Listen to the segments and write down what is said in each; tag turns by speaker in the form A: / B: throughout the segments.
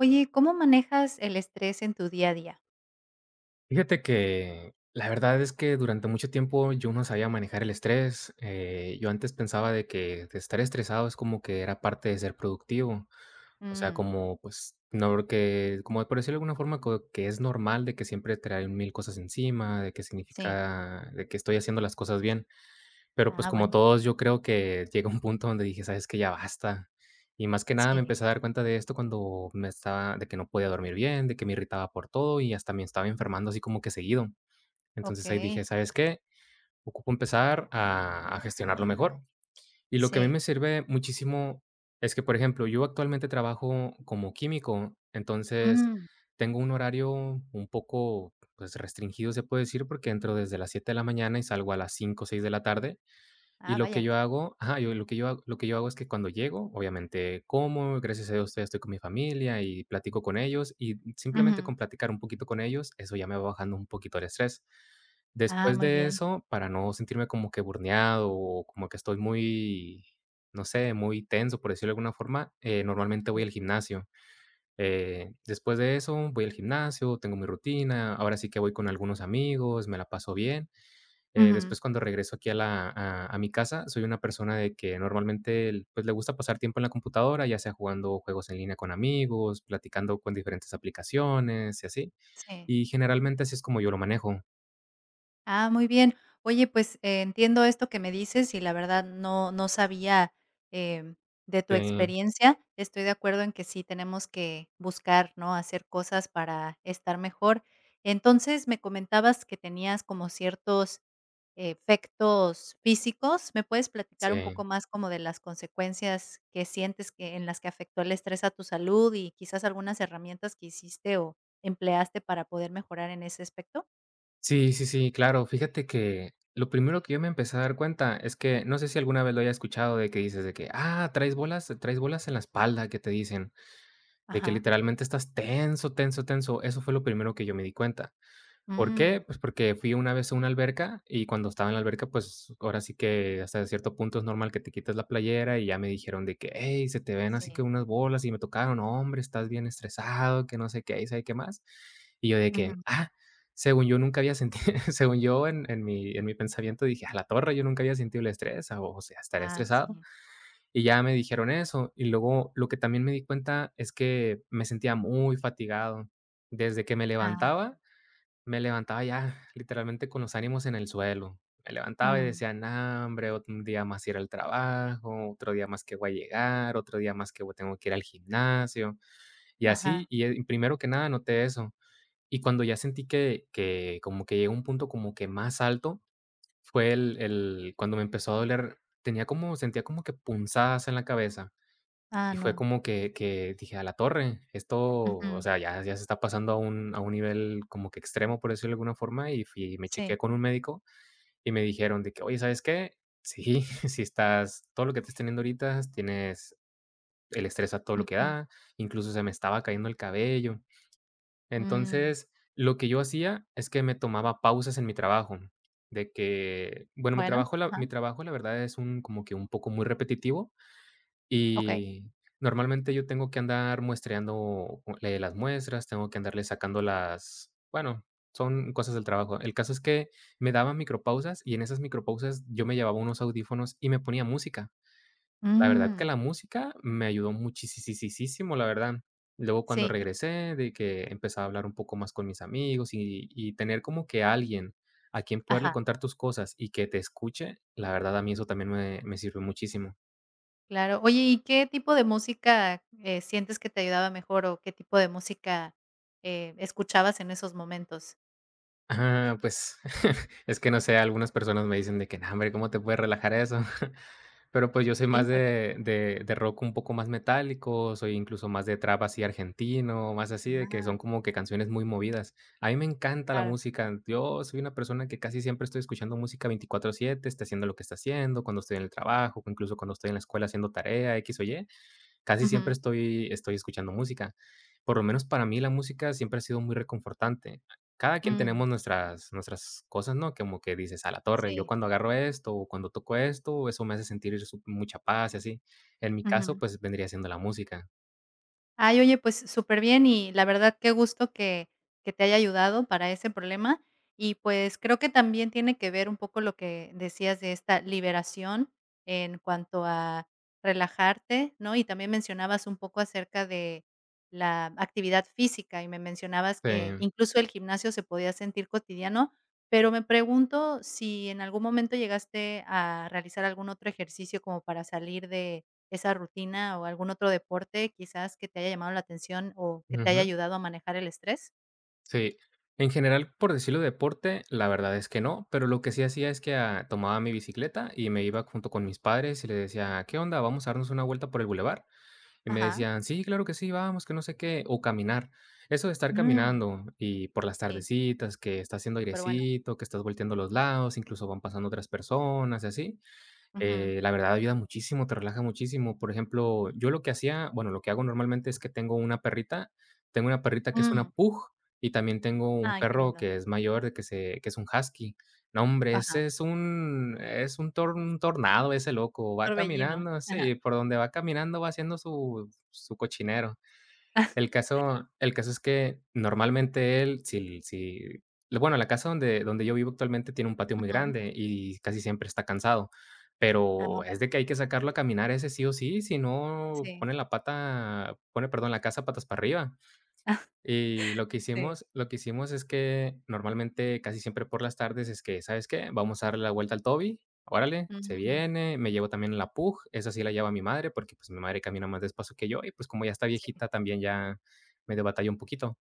A: Oye, ¿cómo manejas el estrés en tu día a día?
B: Fíjate que la verdad es que durante mucho tiempo yo no sabía manejar el estrés. Yo antes pensaba de que de estar estresado es como que era parte de ser productivo. O sea,
A: Mm,
B: como pues, no que, como por decirlo de alguna forma, que es normal de que siempre traen mil cosas encima, de que
A: sí.
B: significa, de que estoy haciendo las cosas bien. Pero, pues,
A: Ah,
B: como
A: bueno.
B: todos, yo creo que llega un punto donde dije: "¿Sabes que Ya basta". Y más que nada me
A: Sí.
B: empecé a dar cuenta de esto cuando me estaba de que no podía dormir bien, de que me irritaba por todo y hasta me estaba enfermando así como que seguido. Entonces ahí
A: Okey.
B: dije: "¿Sabes qué? Ocupo empezar a gestionarlo mejor". Y lo que a mí
A: Sí.
B: me sirve muchísimo es que, por ejemplo, yo actualmente trabajo como químico, entonces
A: Mm.
B: tengo un horario un poco, pues, restringido, se puede decir, porque entro desde las 7 de la mañana y salgo a las 5 o 6 de la tarde. Y
A: Ah,
B: lo que
A: vaya.
B: yo hago ajá, yo lo que yo hago es que cuando llego, obviamente como, gracias a Dios todavía estoy con mi familia y platico con ellos, y simplemente
A: Ujú.
B: con platicar un poquito con ellos, eso ya me va bajando un poquito el estrés.
A: Ah,
B: Después
A: muy
B: de
A: bien.
B: eso, para no sentirme como que burneado o como que estoy muy, no sé, muy tenso, por decirlo de alguna forma, normalmente
A: Sí.
B: voy al gimnasio. Después de eso, voy al gimnasio, tengo mi rutina, ahora sí que voy con algunos amigos, me la paso bien.
A: Ujú.
B: Después cuando regreso aquí a la a mi casa, soy una persona de que normalmente el pues, le gusta pasar tiempo en la computadora, ya sea jugando juegos en línea con amigos, platicando con diferentes aplicaciones y así.
A: Sí.
B: Y generalmente así es como yo lo manejo.
A: Ah, muy bien. Oye, pues, entiendo esto que me dices y la verdad no sabía, em, de tu
B: Sí,
A: experiencia. Estoy de acuerdo en que sí tenemos que buscar, ¿no?, hacer cosas para estar mejor. Entonces, me comentabas que tenías como ciertos efectos físicos. ¿Me puedes platicar un
B: sí.
A: poco más como de las consecuencias que sientes que en las que afectó el estrés a tu salud y quizás algunas herramientas que hiciste o empleaste para poder mejorar en ese aspecto?
B: Sí, sí, sí, claro. Fíjate que lo primero que yo me empecé a dar cuenta es que, no sé si alguna vez lo haya escuchado de que dices de que: "Ah, traes bolas en la espalda", que te dicen, de que
A: Ajá.
B: literalmente estás tenso, tenso, tenso. Eso fue lo primero que yo me di cuenta. ¿Por qué?
A: Mm,
B: Pues porque fui una vez a una alberca y cuando estaba en la alberca, pues ahora sí que hasta cierto punto es normal que te quites la playera y ya me dijeron de que, hey, se te ven así que
A: sí.
B: unas bolas y me tocaron, no, hombre, estás bien estresado, que no sé qué, y sabe qué más. Y yo de que,
A: Ujú.
B: ah, según yo nunca había sentido, según yo en mi pensamiento dije, a la torre, yo nunca había sentido el estrés, o, sea, estaré
A: Ah,
B: estresado.
A: sí.
B: Y ya me dijeron eso. Y luego lo que también me di cuenta es que me sentía muy fatigado. Desde que me
A: Ah,
B: levantaba ya literalmente con los ánimos en el suelo. Me levantaba y
A: mm,
B: decía: nah hombre, otro un día más ir al trabajo, otro día más que voy a llegar, otro día más que voy tengo que ir al gimnasio", y así,
A: ajá.
B: y, primero que nada noté eso. Y cuando ya sentí que como que llegó un punto como que más alto, fue el cuando me empezó a doler, tenía como sentía como que punzadas en la cabeza.
A: Ah,
B: Y fue
A: no.
B: como que dije: "A la torre, esto,
A: Ujú.
B: o sea, ya se está pasando a un nivel como que extremo", por decirlo de alguna forma, y fui me
A: Sí.
B: chequeé con un médico, y me dijeron de que: "Oye, ¿sabes qué? Sí, sí estás todo lo que te estás teniendo ahorita, tienes el estrés a todo lo que
A: Ujú.
B: da", incluso se me estaba cayendo el cabello.
A: Mm,
B: Entonces, lo que yo hacía es que me tomaba pausas en mi trabajo, de que, bueno,
A: bueno, ajá,
B: mi trabajo, la verdad, es un como que un poco muy repetitivo,
A: okey.
B: y normalmente yo tengo que andar muestreando, las muestras, tengo que andarle sacando las bueno, son cosas del trabajo. El caso es que me daban micropausas y en esas micropausas yo me llevaba unos audífonos y me ponía música. La verdad que
A: Mm,
B: la música me ayudó muchísimo la verdad. Luego cuando
A: sí, y
B: regresé, de que empezaba a hablar un poco más con mis amigos y tener como que alguien a quien poderle
A: ajá.
B: contar tus cosas y que te escuche, la verdad a mí eso también me sirvió muchísimo.
A: Claro. Oye, ¿y qué tipo de música, sientes que te ayudaba mejor, o qué tipo de música escuchabas en esos momentos?
B: Ajá, pues, es que no sé, algunas personas me dicen de que: "No, hombre, ¿cómo te puedes relajar eso?" Pero, pues, yo soy
A: Sí,
B: más
A: porque
B: de rock un poco más metálico, soy incluso más de trap así argentino, más así de que son
A: ah,
B: como que canciones muy movidas. A mí me encanta la
A: claro.
B: música. Yo soy una persona que casi siempre estoy escuchando música 24/7 está haciendo lo que está haciendo, cuando estoy en el trabajo, incluso cuando estoy en la escuela haciendo tarea, x o y. Casi siempre
A: Ujú.
B: estoy escuchando música. Por lo menos para mí la música siempre ha sido muy reconfortante. Cada quien
A: Mm,
B: tenemos nuestras cosas, ¿no? Como que dices: "A la torre, yo
A: sí.
B: cuando agarro esto, o cuando toco esto, eso me hace sentir su mucha paz", y así. En mi caso, pues, vendría siendo la música.
A: Ay, oye, pues súper bien, y la verdad qué gusto que te haya ayudado para ese problema. Y pues creo que también tiene que ver un poco lo que decías de esta liberación en cuanto a relajarte, ¿no? Y también mencionabas un poco acerca de la actividad física, y me mencionabas que
B: Sí.
A: incluso el gimnasio se podía sentir cotidiano, pero me pregunto si en algún momento llegaste a realizar algún otro ejercicio como para salir de esa rutina, ¿o algún otro deporte quizás que te haya llamado la atención o que te haya
B: Ujú.
A: ayudado a manejar el estrés?
B: Sí. En general, por decirlo deporte, la verdad es que no, pero lo que sí hacía es que, ah, tomaba mi bicicleta y me iba junto con mis padres y les decía: "¿Qué onda? Vamos a darnos una vuelta por el bulevar". Y me
A: Ajá.
B: decían: "Sí, claro que sí, vamos", que no sé qué, o caminar. Eso de estar
A: Mm,
B: caminando y por las
A: sí,
B: tardecitas, que está haciendo
A: superbueno.
B: airecito, que estás volteando a los lados, incluso van pasando otras personas y así,
A: Ujú.
B: la verdad ayuda muchísimo, te relaja muchísimo. Por ejemplo, yo lo que hacía, bueno, lo que hago normalmente es que tengo una perrita, que es
A: Mm,
B: una pug y también tengo un
A: ay, qué
B: perro
A: lindo.
B: que es mayor, que es un husky. No, hombre,
A: Ajá,
B: ese es un tor un tornado ese loco, va
A: torbellino.
B: caminando,
A: Ajá.
B: sí, por donde va caminando va haciendo su cochinero. El caso es que normalmente él, si si bueno, la casa donde yo vivo actualmente tiene un patio muy
A: Ujú.
B: grande y casi siempre está cansado,
A: A
B: pero
A: ver,
B: es de que hay que sacarlo a caminar ese sí o sí, si no
A: sí.
B: pone la pata pone, perdón, la casa patas para arriba. Y
A: Sí.
B: lo que hicimos es que normalmente casi siempre por las tardes es que, ¿sabes qué? Vamos a darle la vuelta al Toby, órale, se
A: Mm,
B: viene, me llevo también la Pug, esa sí la lleva mi madre, porque, pues, mi madre camina más despacio que yo y, pues, como ya está
A: sí.
B: viejita, también ya medio batalla un poquito.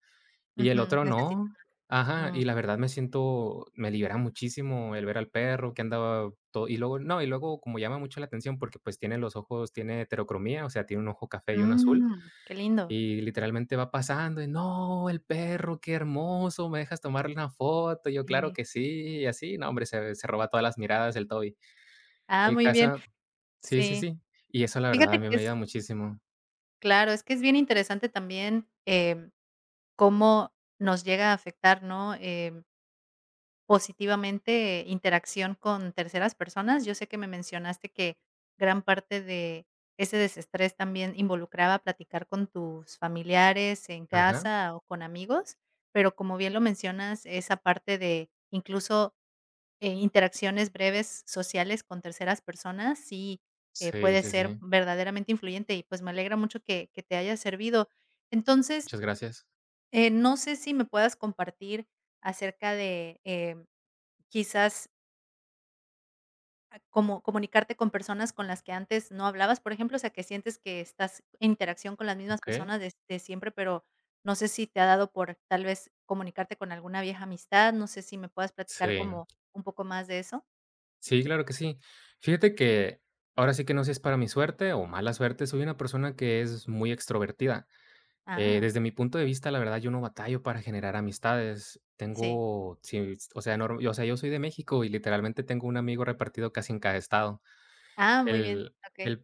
B: Y el
A: Ujú,
B: otro
A: necesito
B: no ajá,
A: más. Mm,
B: y la verdad me siento me libera muchísimo el ver al perro que andaba todo y luego no, y luego como llama mucho la atención porque, pues, tiene los ojos tiene heterocromía, o sea, tiene un ojo café y uno azul.
A: mm, qué lindo.
B: Y literalmente va pasando y: "No, el perro, qué hermoso, ¿me dejas tomarle una foto?". Yo: "Claro
A: Sí.
B: que sí", y así, no, hombre, se roba todas las miradas el Toby.
A: Ah,
B: El
A: muy bien.
B: caso Sí, sí,
A: Sí.
B: sí. Y eso, la verdad,
A: Fíjate
B: a mí
A: que
B: me
A: es
B: ayuda muchísimo.
A: claro, es que es bien interesante también, cómo nos llega a afectar, ¿no? Em, positivamente, interacción con terceras personas. Yo sé que me mencionaste que gran parte de ese desestrés también involucraba platicar con tus familiares en
B: Ajá.
A: casa o con amigos, pero como bien lo mencionas, esa parte de incluso, interacciones breves sociales con terceras personas sí,
B: Sí,
A: puede
B: sí,
A: ser
B: sí.
A: verdaderamente influyente y, pues, me alegra mucho que te haya servido. Entonces,
B: Muchas gracias.
A: no sé si me puedas compartir acerca de, quizás a como comunicarte con personas con las que antes no hablabas, por ejemplo, o sea, que sientes que estás en interacción con las mismas
B: Okey.
A: personas de siempre, pero no sé si te ha dado por tal vez comunicarte con alguna vieja amistad. No sé si me puedas
B: Sí.
A: platicar como un poco más de eso.
B: Sí, claro que sí. Fíjate que, ahora sí que no sé si es para mi suerte o mala suerte, soy una persona que es muy extrovertida.
A: Ah,
B: Desde mi punto de
A: okey.
B: vista, la verdad, yo no batallo para generar amistades.
A: Sí.
B: Tengo, sí, o sea, o sea, yo soy de México y literalmente tengo un amigo repartido casi en cada estado.
A: Ah, muy bien,
B: El,
A: okey.
B: el,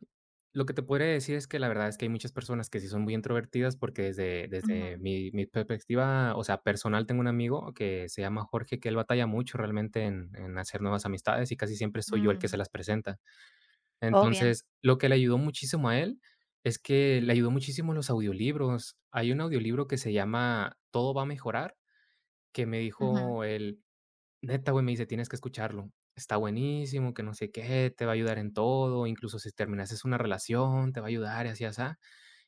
B: lo que te podría decir es que la verdad es que hay muchas personas que sí son muy introvertidas porque desde
A: Ujú,
B: mi, mi perspectiva, o sea, personal, tengo un amigo que se llama Jorge, que él batalla mucho realmente en hacer nuevas amistades y casi siempre soy yo el que
A: mm.
B: se las presenta.
A: Oh, bien.
B: Entonces, lo que le ayudó muchísimo a él es que le ayudó muchísimo los audiolibros. Hay un audiolibro que se llama Todo va a mejorar, que me
A: Ujú,
B: dijo él, neta, güey, me dice, tienes que escucharlo. Está buenísimo, que no sé qué, te va a ayudar en todo, incluso si terminases una relación, te va a ayudar y así, así.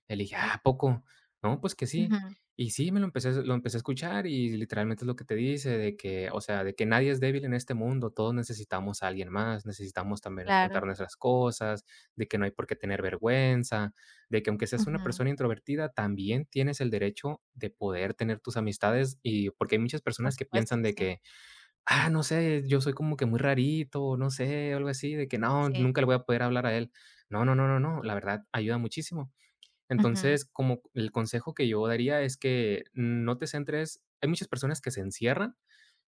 B: Y le dije: "Ah, ¿a poco?". No, pues que sí.
A: ujú,
B: Y sí, me lo lo empecé a escuchar y literalmente es lo que te dice de que, o sea, de que nadie es débil en este mundo, todos necesitamos a alguien más, necesitamos también contar
A: claro.
B: nuestras cosas, de que no hay por qué tener vergüenza, de que aunque seas una
A: Ujú,
B: persona introvertida, también tienes el derecho de poder tener tus amistades y porque hay muchas
A: por
B: personas que
A: supuesto,
B: piensan de
A: sí,
B: que: "Ah, no sé, yo soy como que muy rarito, no sé", algo así, de que no,
A: sí.
B: nunca le voy a poder hablar a él. No, no, no, no, no, la verdad ayuda muchísimo.
A: Ujú,
B: Entonces, como el consejo que yo daría es que no te centres, hay muchas personas que se encierran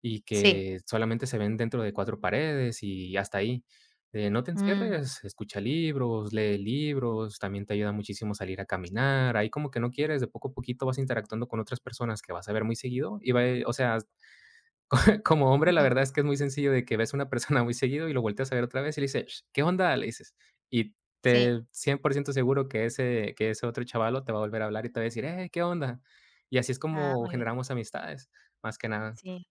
B: y
A: sí.
B: que solamente se ven dentro de cuatro paredes y hasta ahí. No te
A: Mm,
B: encierres, escucha libros, lee libros, también te ayuda muchísimo salir a caminar, ahí como que no quieres, de poco a poquito vas interactuando con otras personas que vas a ver muy seguido y va, o sea, como hombre, la
A: ujú,
B: verdad es que es muy sencillo de que ves a una persona muy seguido y lo volteas a ver otra vez y le dices: "¿Qué onda?", le dices, y
A: sí.
B: te 100% seguro que ese otro chavalo te va a volver a hablar y te va a decir: "Hey, ¿qué onda?". Y así es
A: Ah,
B: como
A: muy bien,
B: generamos amistades, más que nada.
A: sí.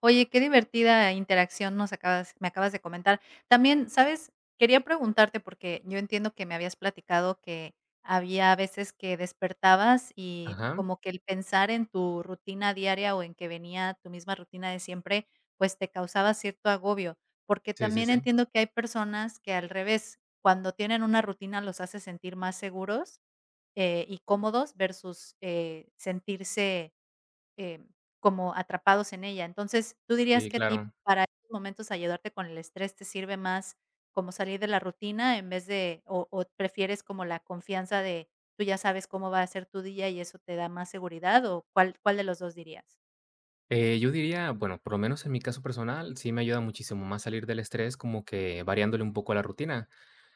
A: Oye, qué divertida interacción nos acabas me acabas de comentar. También, ¿sabes? Quería preguntarte, porque yo entiendo que me habías platicado que había veces que despertabas y
B: Ajá.
A: como que el pensar en tu rutina diaria o en que venía tu misma rutina de siempre, pues te causaba cierto agobio, porque
B: Sí, sí,
A: también
B: sí.
A: entiendo que hay personas que al revés, cuando tienen una rutina los hace sentir más seguros, y cómodos versus, sentirse, Em, como atrapados en ella. Entonces, ¿tú dirías
B: Sí,
A: que a ti
B: claro.
A: para esos momentos ayudarte con el estrés te sirve más como salir de la rutina en vez de, o prefieres como la confianza de tú ya sabes cómo va a ser tu día y eso te da más seguridad? ¿O cuál de los dos dirías?
B: Yo diría, bueno, por lo menos en mi caso personal, sí me ayuda muchísimo más salir del estrés como que variándole un poco la rutina.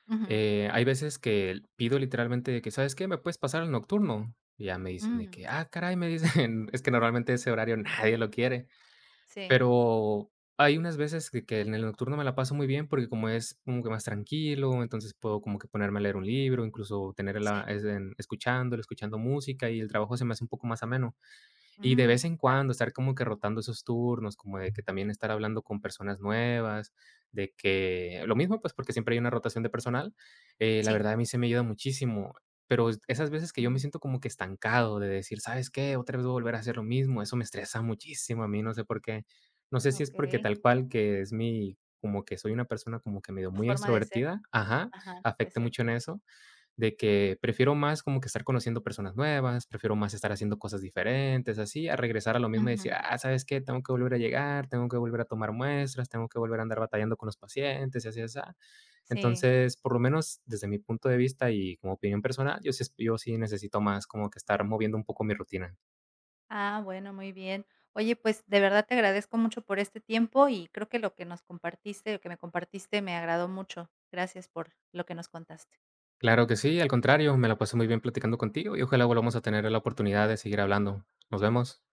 A: Ujú.
B: Hay veces que pido literalmente de que: "¿Sabes qué? ¿Me puedes pasar al nocturno?". Y ya me dicen de
A: Mm,
B: que: "Ah, caray", me dicen, es que normalmente ese horario nadie lo quiere,
A: sí,
B: pero hay unas veces que en el nocturno me la paso muy bien porque como es como que más tranquilo, entonces puedo como que ponerme a leer un libro, incluso tener la
A: sí.
B: es en escuchándolo, escuchando música y el trabajo se me hace un poco más ameno. Y de
A: Mm,
B: vez en
A: claro.
B: cuando estar como que rotando esos turnos, como de que también estar hablando con personas nuevas, de que lo mismo, pues, porque siempre hay una rotación de personal, la
A: Sí.
B: verdad a mí se me ayuda muchísimo, pero esas veces que yo me
A: Mm,
B: siento como que estancado de decir: "¿Sabes qué? Otra vez voy a volver a hacer lo mismo", eso me estresa muchísimo a mí, no sé por qué. No sé si es porque
A: okey.
B: tal cual que es mi como que soy una persona como que medio
A: Tu
B: muy
A: forma de ser.
B: extrovertida, ajá,
A: Ajá, puede
B: afecta
A: ser.
B: mucho en eso. De que prefiero más como que estar conociendo personas nuevas, prefiero más estar haciendo cosas diferentes, así, a regresar a lo mismo y
A: Ujú.
B: decir: "Ah, ¿sabes qué? Tengo que volver a llegar, tengo que volver a tomar muestras, tengo que volver a andar batallando con los pacientes", y así, así.
A: Sí.
B: Entonces, por lo menos desde mi punto de vista y como opinión personal, yo sí necesito más como que estar moviendo un poco mi rutina.
A: Ah, bueno, muy bien. Oye, pues de verdad te agradezco mucho por este tiempo, y creo que lo que nos compartiste, lo que me compartiste, me agradó mucho. Gracias por lo que nos contaste.
B: Claro que sí, al contrario, me la pasé muy bien platicando contigo y ojalá volvamos a tener la oportunidad de seguir hablando. Nos vemos.